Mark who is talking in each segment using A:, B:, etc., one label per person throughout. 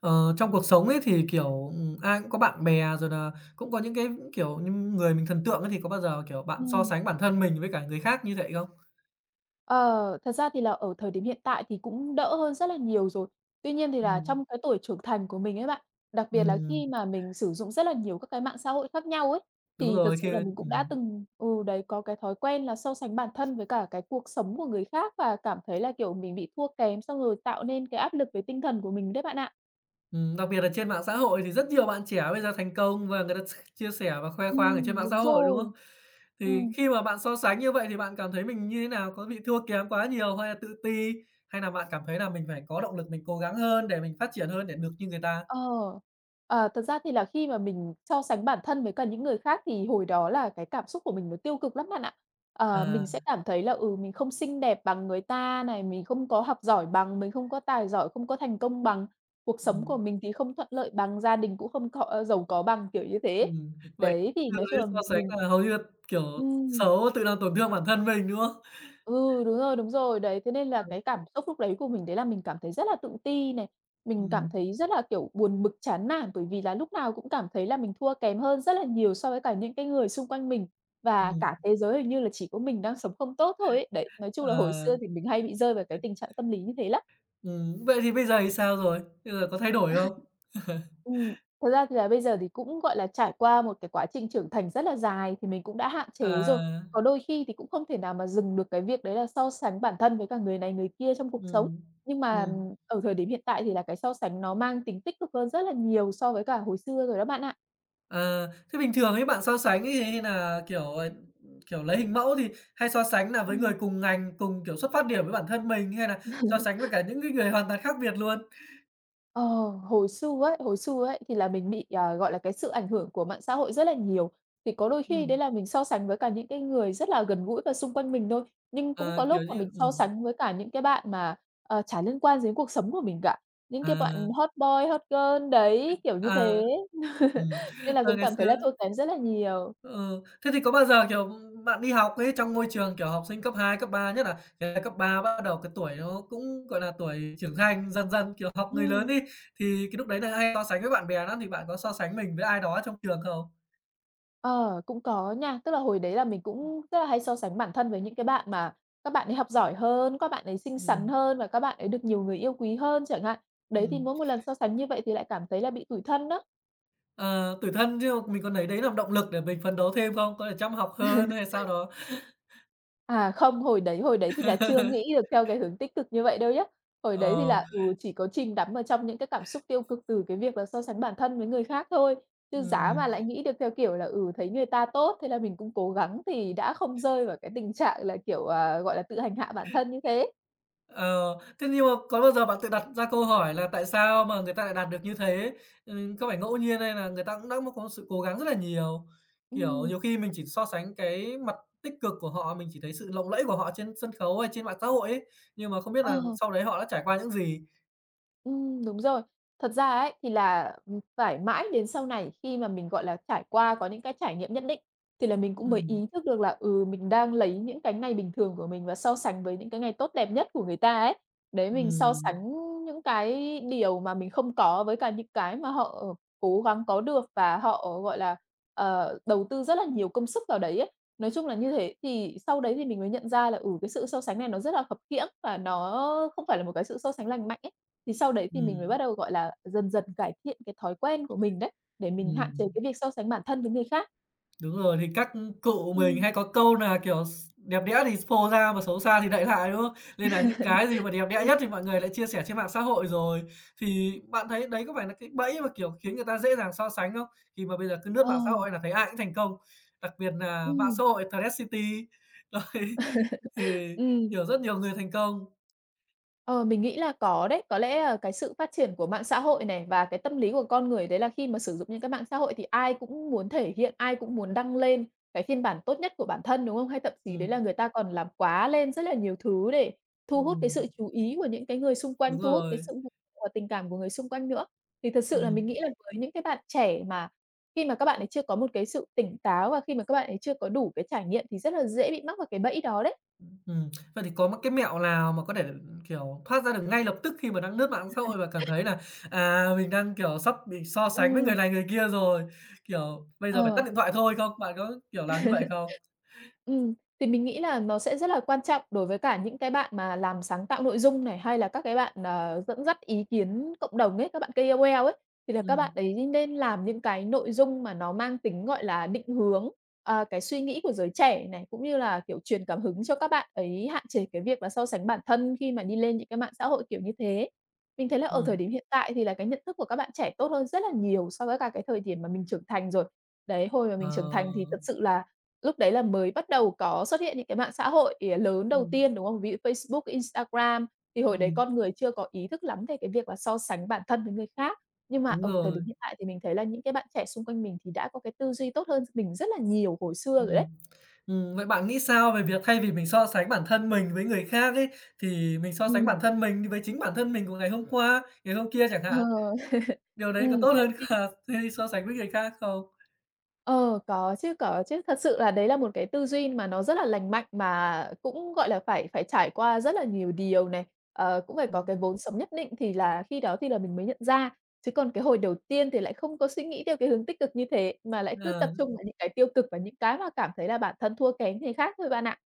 A: Ờ, Trong cuộc sống ấy thì, kiểu, ai cũng có bạn bè rồi là cũng có những cái, kiểu như, người mình thần tượng ấy, thì có bao giờ, kiểu, bạn so
B: Ừm,
A: sánh bản thân mình với cả người khác như vậy không?
B: ờ, Thật ra thì là ở thời điểm hiện tại thì cũng đỡ hơn rất là nhiều rồi. Tuy nhiên thì là
A: Ừm.
B: trong cái tuổi trưởng thành của mình ấy bạn, đặc biệt là
A: Ừm,
B: khi mà mình sử dụng rất là nhiều các cái mạng xã hội khác nhau ấy,
A: đúng
B: thì thật
A: rồi.
B: sự
A: Khi
B: là mình cũng đã
A: ừm,
B: từng đấy, có cái thói quen là so sánh bản thân với cả cái cuộc sống của người khác và cảm thấy là, kiểu, mình bị thua kém, xong rồi tạo nên cái áp lực về tinh thần của mình đấy bạn ạ.
A: Đặc biệt là trên mạng xã hội thì rất nhiều bạn trẻ bây giờ thành công và người ta chia sẻ và khoe khoang ở trên mạng
B: Đúng
A: xã hội, đúng
B: rồi.
A: không? Thì
B: Ừm.
A: khi mà bạn so sánh như vậy thì bạn cảm thấy mình như thế nào? Có bị thua kém quá nhiều hay là tự ti? Hay là bạn cảm thấy là mình phải có động lực mình cố gắng hơn để mình phát triển hơn để được như người ta?
B: Ờ, Thật ra thì là khi mà mình so sánh bản thân với cả những người khác thì hồi đó là cái cảm xúc của mình nó tiêu cực lắm bạn ạ. Ờ, mình
A: À.
B: sẽ cảm thấy là, mình không xinh đẹp bằng người ta này, mình không có học giỏi bằng, mình không có tài giỏi, không có thành công bằng, cuộc sống của
A: Ừm.
B: mình thì không thuận lợi bằng, gia đình cũng không có giàu có bằng, kiểu như thế.
A: Vậy
B: Đấy, thì
A: giờ
B: nói chung
A: đấy
B: là
A: so sánh
B: mình
A: là hầu như là, kiểu,
B: ừm.
A: xấu, tự làm tổn thương bản thân mình, đúng không?
B: Ừ, đúng rồi, đấy, thế nên là cái cảm xúc lúc đấy của mình đấy là mình cảm thấy rất là tự ti này, mình cảm
A: Ừm.
B: thấy rất là, kiểu, buồn bực, chán nản bởi vì là lúc nào cũng cảm thấy là mình thua kém hơn rất là nhiều so với cả những cái người xung quanh mình, và
A: Ừm.
B: cả thế giới hình như là chỉ có mình đang sống không tốt thôi ấy. Đấy, nói chung là hồi
A: Ờ.
B: xưa thì mình hay bị rơi vào cái tình trạng tâm lý như thế lắm.
A: Vậy thì bây giờ thì sao rồi? Bây giờ có thay đổi không?
B: Ừm, Thật ra thì là bây giờ thì cũng, gọi là, trải qua một cái quá trình trưởng thành rất là dài thì mình cũng đã hạn chế rồi.
A: À.
B: Có đôi khi thì cũng không thể nào mà dừng được cái việc đấy là so sánh bản thân với cả người này người kia trong cuộc sống.
A: Ừm.
B: Nhưng mà
A: Ừm.
B: ở thời điểm hiện tại thì là cái so sánh nó mang tính tích cực hơn rất là nhiều so với cả hồi xưa rồi đó bạn ạ.
A: à, Thế bình thường ấy bạn so sánh ấy hay là, kiểu, kiểu, lấy hình mẫu thì hay so sánh nà với người
B: Ừm.
A: cùng ngành, cùng, kiểu, xuất phát điểm với bản thân mình hay là so sánh với cả những cái người hoàn toàn khác biệt luôn?
B: Ờ, hồi xưa ấy thì là mình bị, gọi là, cái sự ảnh hưởng của mạng xã hội rất là nhiều. Thì có đôi khi đấy
A: Ừm.
B: là mình so sánh với cả những cái người rất là gần gũi và xung quanh mình thôi, nhưng cũng
A: Ờ,
B: có lúc
A: kiểu
B: mà
A: như
B: mình so sánh với cả những cái bạn mà, chả liên quan gì đến cuộc sống của mình cả, những cái
A: à,
B: bạn hot boy, hot girl đấy, kiểu như
A: à,
B: thế.
A: ừm,
B: Nên là
A: ờ,
B: cũng
A: ngày
B: cảm thấy
A: xưa
B: là thua kém rất là nhiều.
A: Ừ, Thế thì có bao giờ, kiểu, bạn đi học ấy, trong môi trường, kiểu, học sinh cấp 2 cấp 3 nhất là cái cấp 3 bắt đầu cái tuổi nó cũng, gọi là, tuổi trưởng thành, dần dần, kiểu, học người lớn
B: Ừm.
A: đi, thì cái lúc đấy nà hay so sánh với bạn bè lắm, thì bạn có so sánh mình với ai đó trong trường không?
B: Ờ, Cũng có nha. Tức là hồi đấy là mình cũng rất là hay so sánh bản thân với những cái bạn mà các bạn ấy học giỏi hơn, các bạn ấy xinh xắn
A: Ừm.
B: hơn và các bạn ấy được nhiều người yêu quý hơn chẳng hạn. Đấy, thì
A: Ừm.
B: mỗi một lần so sánh như vậy thì lại cảm thấy là bị tủi thân đó
A: Ờ, Tủi thân chứ mình còn lấy đấy làm động lực để mình phấn đấu thêm không? Có thể chăm học hơn hay sao đó?
B: À, Không, hồi đấy thì là chưa nghĩ được theo cái hướng tích cực như vậy đâu nhá. Hồi đấy thì
A: Ờ.
B: là, chỉ có chìm đắm ở trong những cái cảm xúc tiêu cực từ cái việc là so sánh bản thân với người khác thôi. Chứ giá
A: Ừm.
B: mà lại nghĩ được theo kiểu là, thấy người ta tốt, thế là mình cũng cố gắng thì đã không rơi vào cái tình trạng là, kiểu, gọi là, tự hành hạ bản thân như thế.
A: Ờ, Thế nhưng mà có bao giờ bạn tự đặt ra câu hỏi là tại sao mà người ta lại đạt được như thế? Có phải ngẫu nhiên hay là người ta cũng đã có sự cố gắng rất là nhiều? Kiểu,
B: Ừm.
A: nhiều khi mình chỉ so sánh cái mặt tích cực của họ, mình chỉ thấy sự lộng lẫy của họ trên sân khấu hay trên mạng xã hội ấy, nhưng mà không biết
B: Ờ.
A: là sau đấy họ đã trải qua những gì?
B: Đúng rồi. Thật ra ấy, thì là, phải mãi đến sau này khi mà mình, gọi là, trải qua có những cái trải nghiệm nhất định, thì là mình cũng mới
A: Ừm.
B: ý thức được là, mình đang lấy những cái ngày bình thường của mình và so sánh với những cái ngày tốt đẹp nhất của người ta ấy. Đấy, mình so
A: Ừm.
B: sánh những cái điều mà mình không có với cả những cái mà họ cố gắng có được và họ, gọi là, đầu tư rất là nhiều công sức vào đấy ấy. Nói chung là như thế, thì sau đấy thì mình mới nhận ra là, cái sự so sánh này nó rất là khập khiễng và nó không phải là một cái sự so sánh lành mạnh ấy. Thì sau đấy thì mình mới bắt
A: Ừm.
B: đầu, gọi là, dần dần cải thiện cái thói quen của mình đấy, để mình hạn chế
A: Ừm.
B: cái việc so sánh bản thân với người khác.
A: Đúng rồi, thì các cụ mình
B: Ừm.
A: hay có câu nà, kiểu, "Đẹp đẽ thì phô ra mà xấu xa thì đậy lại", đúng không? Nên nà những cái gì mà đẹp đẽ
B: Ừm.
A: nhất thì mọi người lại chia sẻ trên mạng xã hội rồi. Thì bạn thấy đấy có phải nà cái bẫy mà, kiểu, khiến người ta dễ dàng so sánh không? Khi mà bây giờ cứ lướt
B: Ờ,
A: mạng xã hội là thấy ai cũng thành công, đặc biệt nà mạng
B: ừm.
A: xã hội Threads City, rồi thì,
B: Ừm.
A: kiểu, rất nhiều người thành công.
B: Ờ, mình nghĩ là có đấy. Có lẽ là cái sự phát triển của mạng xã hội này và cái tâm lý của con người đấy là khi mà sử dụng những cái mạng xã hội thì ai cũng muốn thể hiện, ai cũng muốn đăng lên cái phiên bản tốt nhất của bản thân, đúng không? Hay thậm chí đấy là
A: Ừm.
B: người ta còn làm quá lên rất là nhiều thứ để thu hút cái
A: Ừm,
B: sự chú ý của những cái người xung quanh,
A: đúng
B: thu hút cái
A: rồi.
B: sự ủng hộ và tình cảm của người xung quanh nữa. Thì thật sự là
A: Ừm.
B: mình nghĩ là với những cái bạn trẻ mà khi mà các bạn ấy chưa có một cái sự tỉnh táo và khi mà các bạn ấy chưa có đủ cái trải nghiệm thì rất là dễ bị mắc vào cái bẫy đó đấy.
A: Ừm, Vậy thì có một cái mẹo nào mà có thể, kiểu, thoát ra được ngay lập tức khi mà đang lướt mạng xã hội và cảm thấy là, mình đang, kiểu, sắp bị so sánh với người
B: Ừm,
A: này người kia rồi, kiểu, bây giờ phải
B: ờ.
A: tắt điện thoại thôi không? Bạn có, kiểu, làm như vậy không?
B: Ừm, thì mình nghĩ là nó sẽ rất là quan trọng đối với cả những cái bạn mà làm sáng tạo nội dung này, hay là các cái bạn, dẫn dắt ý kiến cộng đồng ấy, các bạn KOL ấy, thì là các bạn
A: Ừm.
B: ấy nên làm những cái nội dung mà nó mang tính, gọi là, định hướng, cái suy nghĩ của giới trẻ này, cũng như là, kiểu, truyền cảm hứng cho các bạn ấy hạn chế cái việc là so sánh bản thân khi mà đi lên những cái mạng xã hội kiểu như thế. Mình thấy là ở thời
A: Ừm.
B: điểm hiện tại thì là cái nhận thức của các bạn trẻ tốt hơn rất là nhiều so với cả cái thời điểm mà mình trưởng thành rồi. Đấy, hồi mà mình trưởng thành thì
A: Ờ.
B: thật sự là lúc đấy là mới bắt đầu có xuất hiện những cái mạng xã hội, lớn đầu
A: Ừm.
B: tiên, đúng không? Ví dụ Facebook, Instagram, thì hồi đấy
A: Ừm,
B: con người chưa có ý thức lắm về cái việc là so sánh bản thân với người khác. Nhưng mà
A: đúng
B: ở thời
A: rồi.
B: điểm hiện tại thì mình thấy là những cái bạn trẻ xung quanh mình thì đã có cái tư duy tốt hơn mình rất là nhiều hồi xưa rồi đấy.
A: Ừm. Vậy bạn nghĩ sao về việc thay vì mình so sánh bản thân mình với người khác ấy, thì mình so sánh
B: Ừm.
A: bản thân mình với chính bản thân mình của ngày hôm qua, ngày hôm kia chẳng
B: Ờ.
A: hạn, điều đấy có tốt
B: Đấy
A: hơn
B: thì.
A: cả thuê so sánh với người khác không?
B: Ờ, có chứ, có chứ. Thật sự là đấy là một cái tư duy mà nó rất là lành mạnh mà cũng, gọi là, phải phải trải qua rất là nhiều điều này, cũng phải có
A: Ừm.
B: cái vốn sống nhất định thì là khi đó thì là mình mới nhận ra. Chứ còn cái hồi đầu tiên thì lại không có suy nghĩ theo cái hướng tích cực như thế, mà lại cứ tập
A: Ờ.
B: trung vào những cái tiêu cực và những cái mà cảm thấy là bản thân thua kém người khác thôi bạn ạ.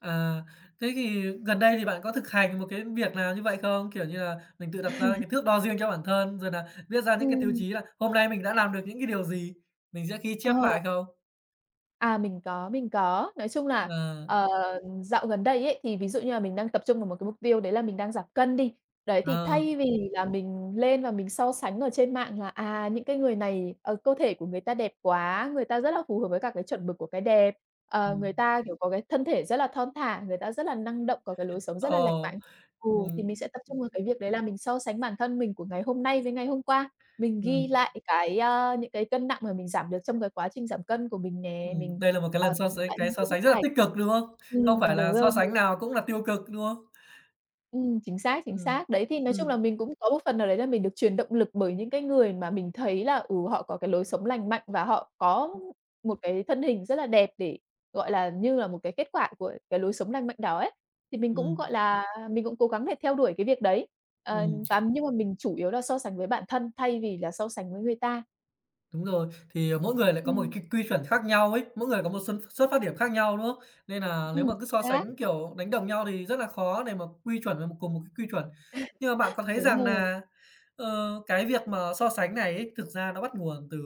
A: À, Thế thì gần đây thì bạn có thực hành một cái việc nào như vậy không? Kiểu như là mình tự đặt ra cái thước đo riêng cho bản thân, rồi là viết ra những cái tiêu
B: Ừm.
A: chí là hôm nay mình đã làm được những cái điều gì, mình sẽ ghi chép
B: Ờ.
A: lại không?
B: À, mình có, mình có. Nói chung là,
A: Ờ.
B: ờ, dạo gần đây ấy, thì ví dụ như là mình đang tập trung vào một cái mục tiêu đấy là mình đang giảm cân đi. Đấy, thì
A: Ờ.
B: thay vì là mình lên và mình so sánh ở trên mạng là, những cái người này, cơ thể của người ta đẹp quá, người ta rất là phù hợp với cả cái chuẩn mực của cái đẹp,
A: Ừm.
B: người ta, kiểu, có cái thân thể rất là thon thả, người ta rất là năng động, có cái lối sống rất là lành
A: Ờ.
B: mạnh. Ừ, thì
A: Ừm.
B: mình sẽ tập trung vào cái việc đấy là mình so sánh bản thân mình của ngày hôm nay với ngày hôm qua. Mình ghi
A: Ừm.
B: lại cái, những cái cân nặng mà mình giảm được trong cái quá trình giảm cân của mình nè, mình,
A: Đây là một cái lần so
B: chụp
A: sánh
B: lại
A: cái
B: những
A: so
B: cái bức
A: sánh rất là
B: ảnh.
A: tích cực, đúng không? Không phải
B: Đúng
A: là so
B: rồi,
A: sánh nào cũng là tiêu cực, đúng không?
B: chính xác, chính
A: Ừm.
B: xác. Đấy, thì nói chung là
A: Ừm.
B: mình cũng có một phần nào đấy là mình được truyền động lực bởi những cái người mà mình thấy là, họ có cái lối sống lành mạnh và họ có một cái thân hình rất là đẹp để, gọi là, như là một cái kết quả của cái lối sống lành mạnh đó ấy. Thì mình cũng,
A: Ừm.
B: gọi là, mình cũng cố gắng để theo đuổi cái việc đấy,
A: Ừm.
B: và nhưng mà mình chủ yếu là so sánh với bản thân thay vì là so sánh với người ta.
A: Đúng rồi, thì, mỗi người lại có một
B: Ừm.
A: cái quy chuẩn khác nhau ấy, mỗi người có một xuất phát điểm khác nhau, đúng không? Nên là nếu mà cứ
B: Chính
A: so
B: xác,
A: sánh, kiểu, đánh đồng nhau thì rất là khó để mà quy chuẩn về cùng một cái quy chuẩn. Nhưng mà bạn có thấy
B: đúng
A: rằng
B: rồi.
A: là cái việc mà so sánh này ấy, thực ra nó bắt nguồn từ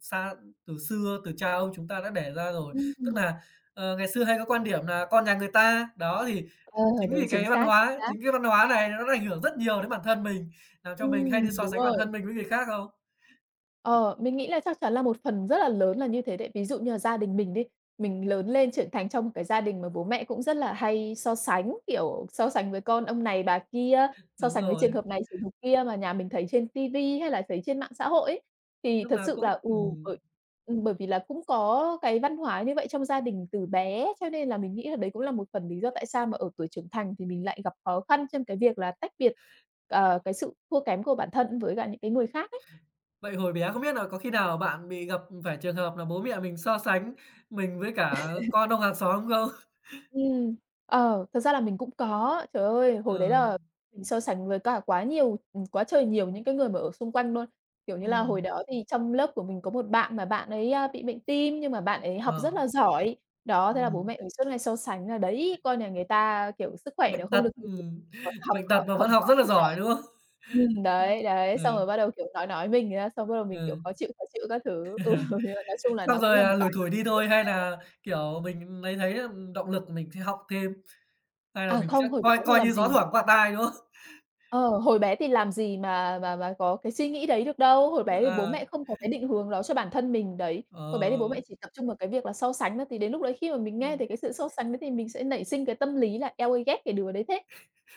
A: xa từ xưa, từ cha ông chúng ta đã để ra rồi. Tức
B: Ừm,
A: là ngày xưa hay có quan điểm là "Con nhà người ta", đó, thì
B: ờ, đúng, chính xác, chính xác.
A: chính cái văn hóa này nó đã ảnh hưởng rất nhiều đến bản thân mình, làm cho mình hay đi so
B: Đúng
A: sánh bản
B: rồi.
A: thân mình với người khác không?
B: Ờ, mình nghĩ là chắc chắn là một phần rất là lớn là như thế đấy. Ví dụ như là gia đình mình đi, mình lớn lên trưởng thành trong một cái gia đình mà bố mẹ cũng rất là hay so sánh, kiểu, so sánh với con ông này bà kia, so
A: Đúng
B: sánh với trường
A: rồi.
B: hợp này, trường hợp kia mà nhà mình thấy trên ti hay là thấy trên mạng xã hội ấy. Thì
A: Lúc
B: thật
A: nào
B: sự là,
A: cũng
B: ừ,
A: ừm.
B: bởi bởi vì là cũng có cái văn hóa như vậy trong gia đình từ bé, cho nên là mình nghĩ là đấy cũng là một phần lý do tại sao mà ở tuổi trưởng thành thì mình lại gặp khó khăn trong cái việc là tách biệt, cái sự thua kém của bản thân với cả những cái người khác ấy.
A: Vậy hồi bé không biết là có khi nào bạn bị gặp phải trường hợp là bố mẹ mình so sánh mình với cả con ông hàng xóm không?
B: Ừm, ờ, thật ra là mình cũng có. Trời ơi, hồi
A: Ờ.
B: đấy là mình so sánh với cả quá nhiều, quá trời nhiều những cái người mà ở xung quanh luôn. Kiểu như là, hồi
A: Ừm.
B: đó thì trong lớp của mình có một bạn mà bạn ấy, bị bệnh tim nhưng mà bạn ấy học
A: Ờ.
B: rất là giỏi. Đó, thế là bố
A: ừm,
B: mẹ mình suốt ngày so sánh là "Đấy, con nhà người ta, kiểu, sức khỏe nó
A: bệnh
B: không
A: tật,
B: được như thế,
A: ừm,
B: còn học
A: Bệnh
B: học
A: tật mà
B: học
A: vẫn học
B: giỏi
A: rất là
B: thì giỏi."
A: giỏi, đúng không?
B: Đấy, đấy, xong rồi
A: Ừ,
B: bắt đầu, kiểu, nói mình ra, xong bắt đầu mình, kiểu,
A: ừ,
B: khó chịu các thứ. Ừ, nhưng mà nói chung là
A: xong
B: nó cũng
A: rồi,
B: là một cái
A: lủi
B: mà
A: thủi đi thôi hay là, kiểu, mình thấy, động lực mình sẽ học thêm, hay là
B: à,
A: mình sẽ
B: không, hồi bé
A: coi
B: thì
A: coi
B: làm
A: như gió
B: gì
A: thoảng qua tai, đúng không?
B: Ờ, hồi bé thì làm gì mà có cái suy nghĩ đấy được đâu, hồi bé thì bố
A: À,
B: mẹ không có cái định hướng đó cho bản thân mình, đấy.
A: ờ,
B: Hồi bé thì bố mẹ chỉ tập trung vào cái việc là so sánh thôi, thì đến lúc đấy khi mà mình nghe
A: ừm,
B: thấy cái sự so sánh đấy thì mình sẽ nảy sinh cái tâm lý là "Eo ơi, ghét cái đứa đấy thế."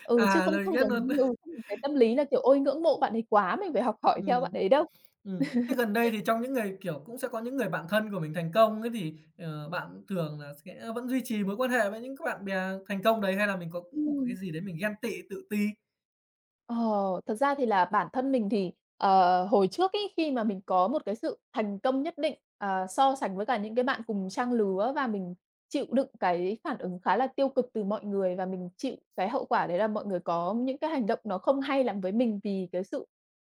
B: Ừ, chứ
A: là
B: không
A: mình
B: không
A: biết
B: giống
A: luôn.
B: như không có cái tâm lý là, kiểu, "Ôi, ngưỡng mộ bạn ấy quá, mình phải học hỏi theo bạn
A: Ừm.
B: ấy" đâu.
A: Ừm. Thế gần đây thì trong những người, kiểu, cũng sẽ có những người bạn thân của mình thành công ấy thì, bạn thường là sẽ vẫn duy trì mối quan hệ với những các bạn bè thành công đấy hay là mình có cũng một
B: Ừm.
A: cái gì đấy mình ghen tị, tự ti?
B: Ờ, thật ra thì là bản thân mình thì, ờ, hồi trước ấy, khi mà mình có một cái sự thành công nhất định, so sánh với cả những cái bạn cùng trang lứa và mình chịu đựng cái phản ứng khá là tiêu cực từ mọi người và mình chịu cái hậu quả đấy là mọi người có những cái hành động nó không hay lắm với mình vì cái sự,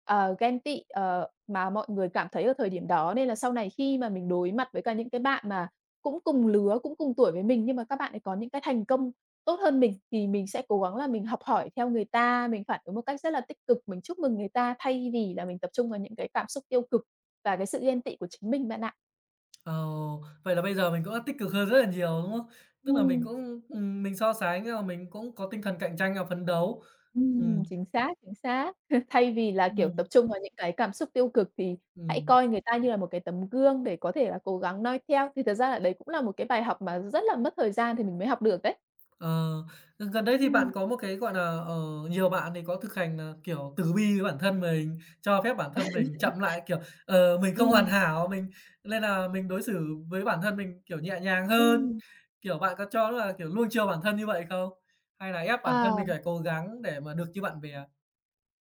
B: ghen tị, mà mọi người cảm thấy ở thời điểm đó. Nên là sau này khi mà mình đối mặt với cả những cái bạn mà cũng cùng lứa, cũng cùng tuổi với mình nhưng mà các bạn ấy có những cái thành công tốt hơn mình thì mình sẽ cố gắng là mình học hỏi theo người ta, mình phản ứng một cách rất là tích cực, mình chúc mừng người ta thay vì là mình tập trung vào những cái cảm xúc tiêu cực và cái sự ghen tị của chính mình bạn ạ.
A: Ồ, vậy là bây giờ mình cũng đã tích cực hơn rất là nhiều, đúng không? Tức là mình
B: Ừm.
A: cũng, mình so sánh, mình cũng có tinh thần cạnh tranh và phấn đấu. Ừm.
B: Chính xác, chính xác. Thay vì là, kiểu, tập
A: Ừm.
B: trung vào những cái cảm xúc tiêu cực thì hãy
A: Ừm.
B: coi người ta như là một cái tấm gương để có thể là cố gắng noi theo, thì thật ra là đấy cũng là một cái bài học mà rất là mất thời gian thì mình mới học được đấy.
A: Ờ, Gần đây thì
B: Ừm.
A: bạn có một cái, gọi là ờ, nhiều bạn thì có thực hành nà, kiểu, từ bi với bản thân mình, cho phép bản thân mình chậm lại, kiểu, mình không hoàn
B: Ừm.
A: hảo, mình nên là mình đối xử với bản thân mình, kiểu, nhẹ nhàng hơn.
B: Ừm.
A: Kiểu, bạn có cho là, kiểu, luông chiều bản thân như vậy không? Hay là ép bản thân
B: À.
A: mình phải cố gắng để mà được như bạn bè?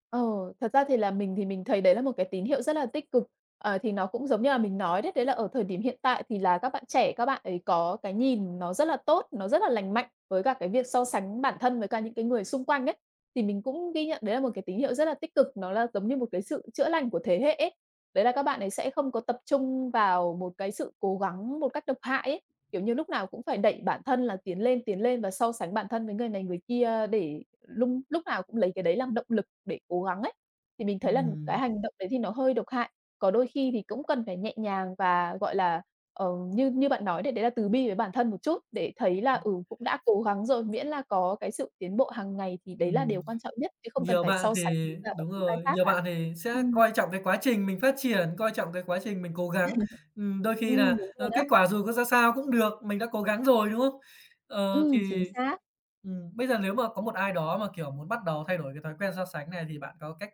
B: Ờ, thật ra thì là mình thấy đấy là một cái tín hiệu rất là tích cực. Ờ, thì nó cũng giống như là mình nói đấy, đấy là ở thời điểm hiện tại thì là các bạn trẻ, các bạn ấy có cái nhìn nó rất là tốt, nó rất là lành mạnh với cả cái việc so sánh bản thân với cả những cái người xung quanh ấy. Thì mình cũng ghi nhận đấy là một cái tín hiệu rất là tích cực, nó là giống như một cái sự chữa lành của thế hệ ấy. Đấy là các bạn ấy sẽ không có tập trung vào một cái sự cố gắng một cách độc hại ấy, kiểu như, lúc nào cũng phải đẩy bản thân là tiến lên và so sánh bản thân với người này người kia để lúc nào cũng lấy cái đấy làm động lực để cố gắng ấy. Thì mình thấy là cái
A: Ừm.
B: hành động đấy thì nó hơi độc hại, có đôi khi thì cũng cần phải nhẹ nhàng và, gọi là, ờ, như như bạn nói đấy, đấy là từ bi với bản thân một chút để thấy là, cũng đã cố gắng rồi, miễn là có cái sự tiến bộ hàng ngày thì đấy là
A: Ừm.
B: điều quan trọng nhất, chứ không cần
A: Nhiều
B: phải
A: bạn
B: so sánh với
A: thì
B: cả bất
A: đúng
B: cứ ai
A: rồi,
B: khác
A: nhiều
B: cả.
A: bạn thì sẽ
B: Ừm,
A: coi trọng cái quá trình mình phát triển, coi trọng cái quá trình mình cố gắng. Đôi khi là,
B: đúng rồi đó.
A: kết quả dù có ra sao cũng được, mình đã cố gắng rồi, đúng không? Ờ,
B: Chính
A: thì,
B: xác.
A: Bây giờ nếu mà có một ai đó mà, kiểu, muốn bắt đầu thay đổi cái thói quen so sánh này thì bạn có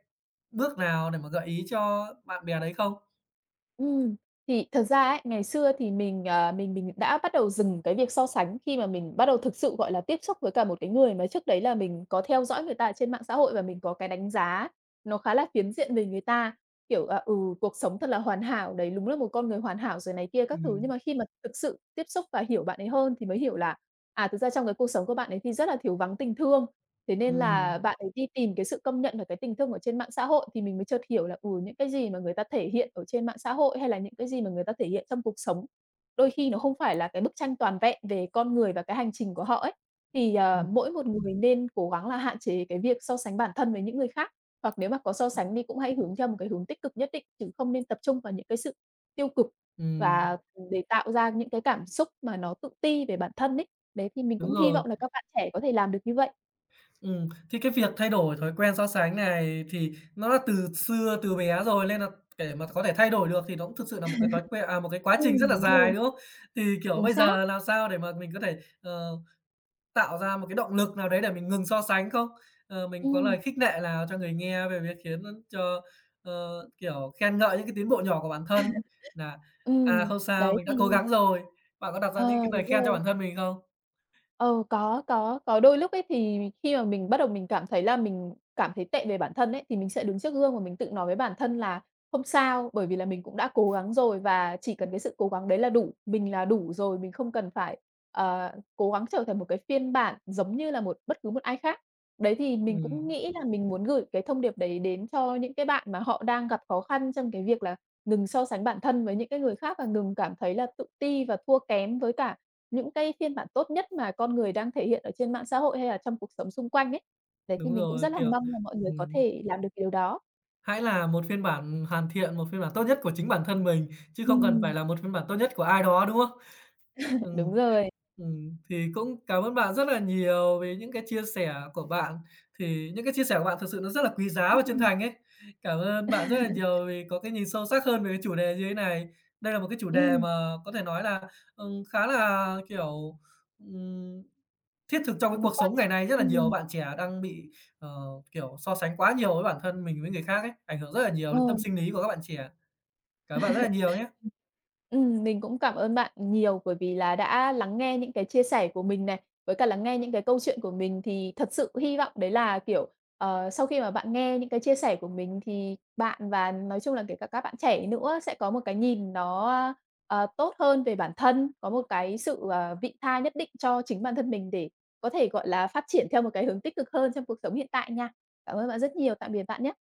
A: bước nào để mà gợi ý cho bạn bè đấy không?
B: Ừm, thì thật ra ấy, ngày xưa thì mình, ờ, mình đã bắt đầu dừng cái việc so sánh khi mà mình bắt đầu thực sự, gọi là, tiếp xúc với cả một cái người mà trước đấy là mình có theo dõi người ta ở trên mạng xã hội và mình có cái đánh giá nó khá là phiến diện về người ta, kiểu, cuộc sống thật là hoàn hảo, đấy đúng là một con người hoàn hảo rồi này kia các thứ. Nhưng
A: Ừm.
B: mà khi mà thực sự tiếp xúc và hiểu bạn ấy hơn thì mới hiểu là, thực ra trong cái cuộc sống của bạn ấy thì rất là thiếu vắng tình thương. Thế nên
A: Ừm.
B: là bạn ấy đi tìm cái sự công nhận và cái tình thương ở trên mạng xã hội thì mình mới chợt hiểu là, những cái gì mà người ta thể hiện ở trên mạng xã hội, hay là những cái gì mà người ta thể hiện trong cuộc sống, đôi khi nó không phải là cái bức tranh toàn vẹn về con người và cái hành trình của họ ấy. Thì,
A: Ừm.
B: mỗi một người nên cố gắng là hạn chế cái việc so sánh bản thân với những người khác, hoặc nếu mà có so sánh đi cũng hãy hướng theo một cái hướng tích cực nhất định, chứ không nên tập trung vào những cái sự tiêu cực
A: Ừm,
B: và để tạo ra những cái cảm xúc mà nó tự ti về bản thân ấy. Đấy, thì mình
A: đúng
B: cũng hy
A: rồi.
B: vọng là các bạn trẻ có thể làm được như vậy.
A: Thì cái việc thay đổi thói quen so sánh này thì nó là từ xưa, từ bé rồi nên là để mà có thể thay đổi được thì nó cũng thực sự là một cái thói quen à, một cái quá trình rất là
B: Đúng rồi,
A: dài, đúng không? Thì, kiểu,
B: chính
A: bây
B: xác.
A: giờ làm sao để mà mình có thể, tạo ra một cái động lực nào đấy để mình ngừng so sánh không? Mình có
B: Ừm,
A: lời khích nệ nào cho người nghe về việc khiến cho, ờ, kiểu, khen ngợi những cái tiến bộ nhỏ của bản thân nà "À,
B: ừm,
A: không sao,
B: đấy
A: mình
B: thì
A: đã cố gắng rồi." Bạn có đặt ra những
B: ờ,
A: cái
B: đúng
A: lời khen cho
B: rồi.
A: bản thân mình không?
B: Ờ, có đôi lúc ấy thì khi mà mình bắt đầu mình cảm thấy là mình cảm thấy tệ về bản thân ấy, thì mình sẽ đứng trước gương và mình tự nói với bản thân là "Không sao, bởi vì là mình cũng đã cố gắng rồi và chỉ cần cái sự cố gắng đấy là đủ, mình là đủ rồi, mình không cần phải, cố gắng trở thành một cái phiên bản giống như là bất cứ một ai khác." Đấy, thì mình cũng
A: Ừm,
B: nghĩ là mình muốn gửi cái thông điệp đấy đến cho những cái bạn mà họ đang gặp khó khăn trong cái việc là ngừng so sánh bản thân với những cái người khác và ngừng cảm thấy là tự ti và thua kém với cả những cái phiên bản tốt nhất mà con người đang thể hiện ở trên mạng xã hội hay là trong cuộc sống xung quanh ấy. Đấy, thì
A: đúng
B: mình cũng
A: rồi,
B: rất là
A: kiểu
B: mong là mọi người có
A: ừm.
B: thể làm được điều đó.
A: Hãy là một phiên bản hoàn thiện, một phiên bản tốt nhất của chính bản thân mình, chứ không cần
B: Ừm,
A: phải là một phiên bản tốt nhất của ai đó, đúng không?
B: đúng
A: Ừm.
B: rồi.
A: Thì cũng cảm ơn bạn rất là nhiều vì những cái chia sẻ của bạn, thì những cái chia sẻ của bạn thực sự nó rất là quý giá và chân
B: Ừm.
A: thành ấy. Cảm ơn bạn rất là nhiều vì có cái nhìn sâu sắc hơn về cái chủ đề như thế này. Đây là một cái chủ đề
B: Ừm,
A: mà có thể nói là, khá là, kiểu, ừm, thiết thực trong cái
B: nó
A: cuộc
B: quan
A: sống ngày
B: trọng.
A: nay. Rất là nhiều bạn trẻ đang bị, ờ, kiểu, so sánh quá nhiều với bản thân mình với người khác ấy, ảnh hưởng rất là nhiều
B: Ờ.
A: đến tâm sinh lý của các bạn trẻ. Cảm ơn bạn rất là nhiều nhé
B: Ừm. Mình cũng cảm ơn bạn nhiều bởi vì là đã lắng nghe những cái chia sẻ của mình này, với cả lắng nghe những cái câu chuyện của mình thì thật sự hy vọng đấy là, kiểu, sau khi mà bạn nghe những cái chia sẻ của mình thì bạn và nói chung là kể cả các bạn trẻ nữa sẽ có một cái nhìn nó, tốt hơn về bản thân, có một cái sự, vị tha nhất định cho chính bản thân mình để có thể, gọi là, phát triển theo một cái hướng tích cực hơn trong cuộc sống hiện tại nha. Cảm ơn bạn rất nhiều, tạm biệt bạn nhé.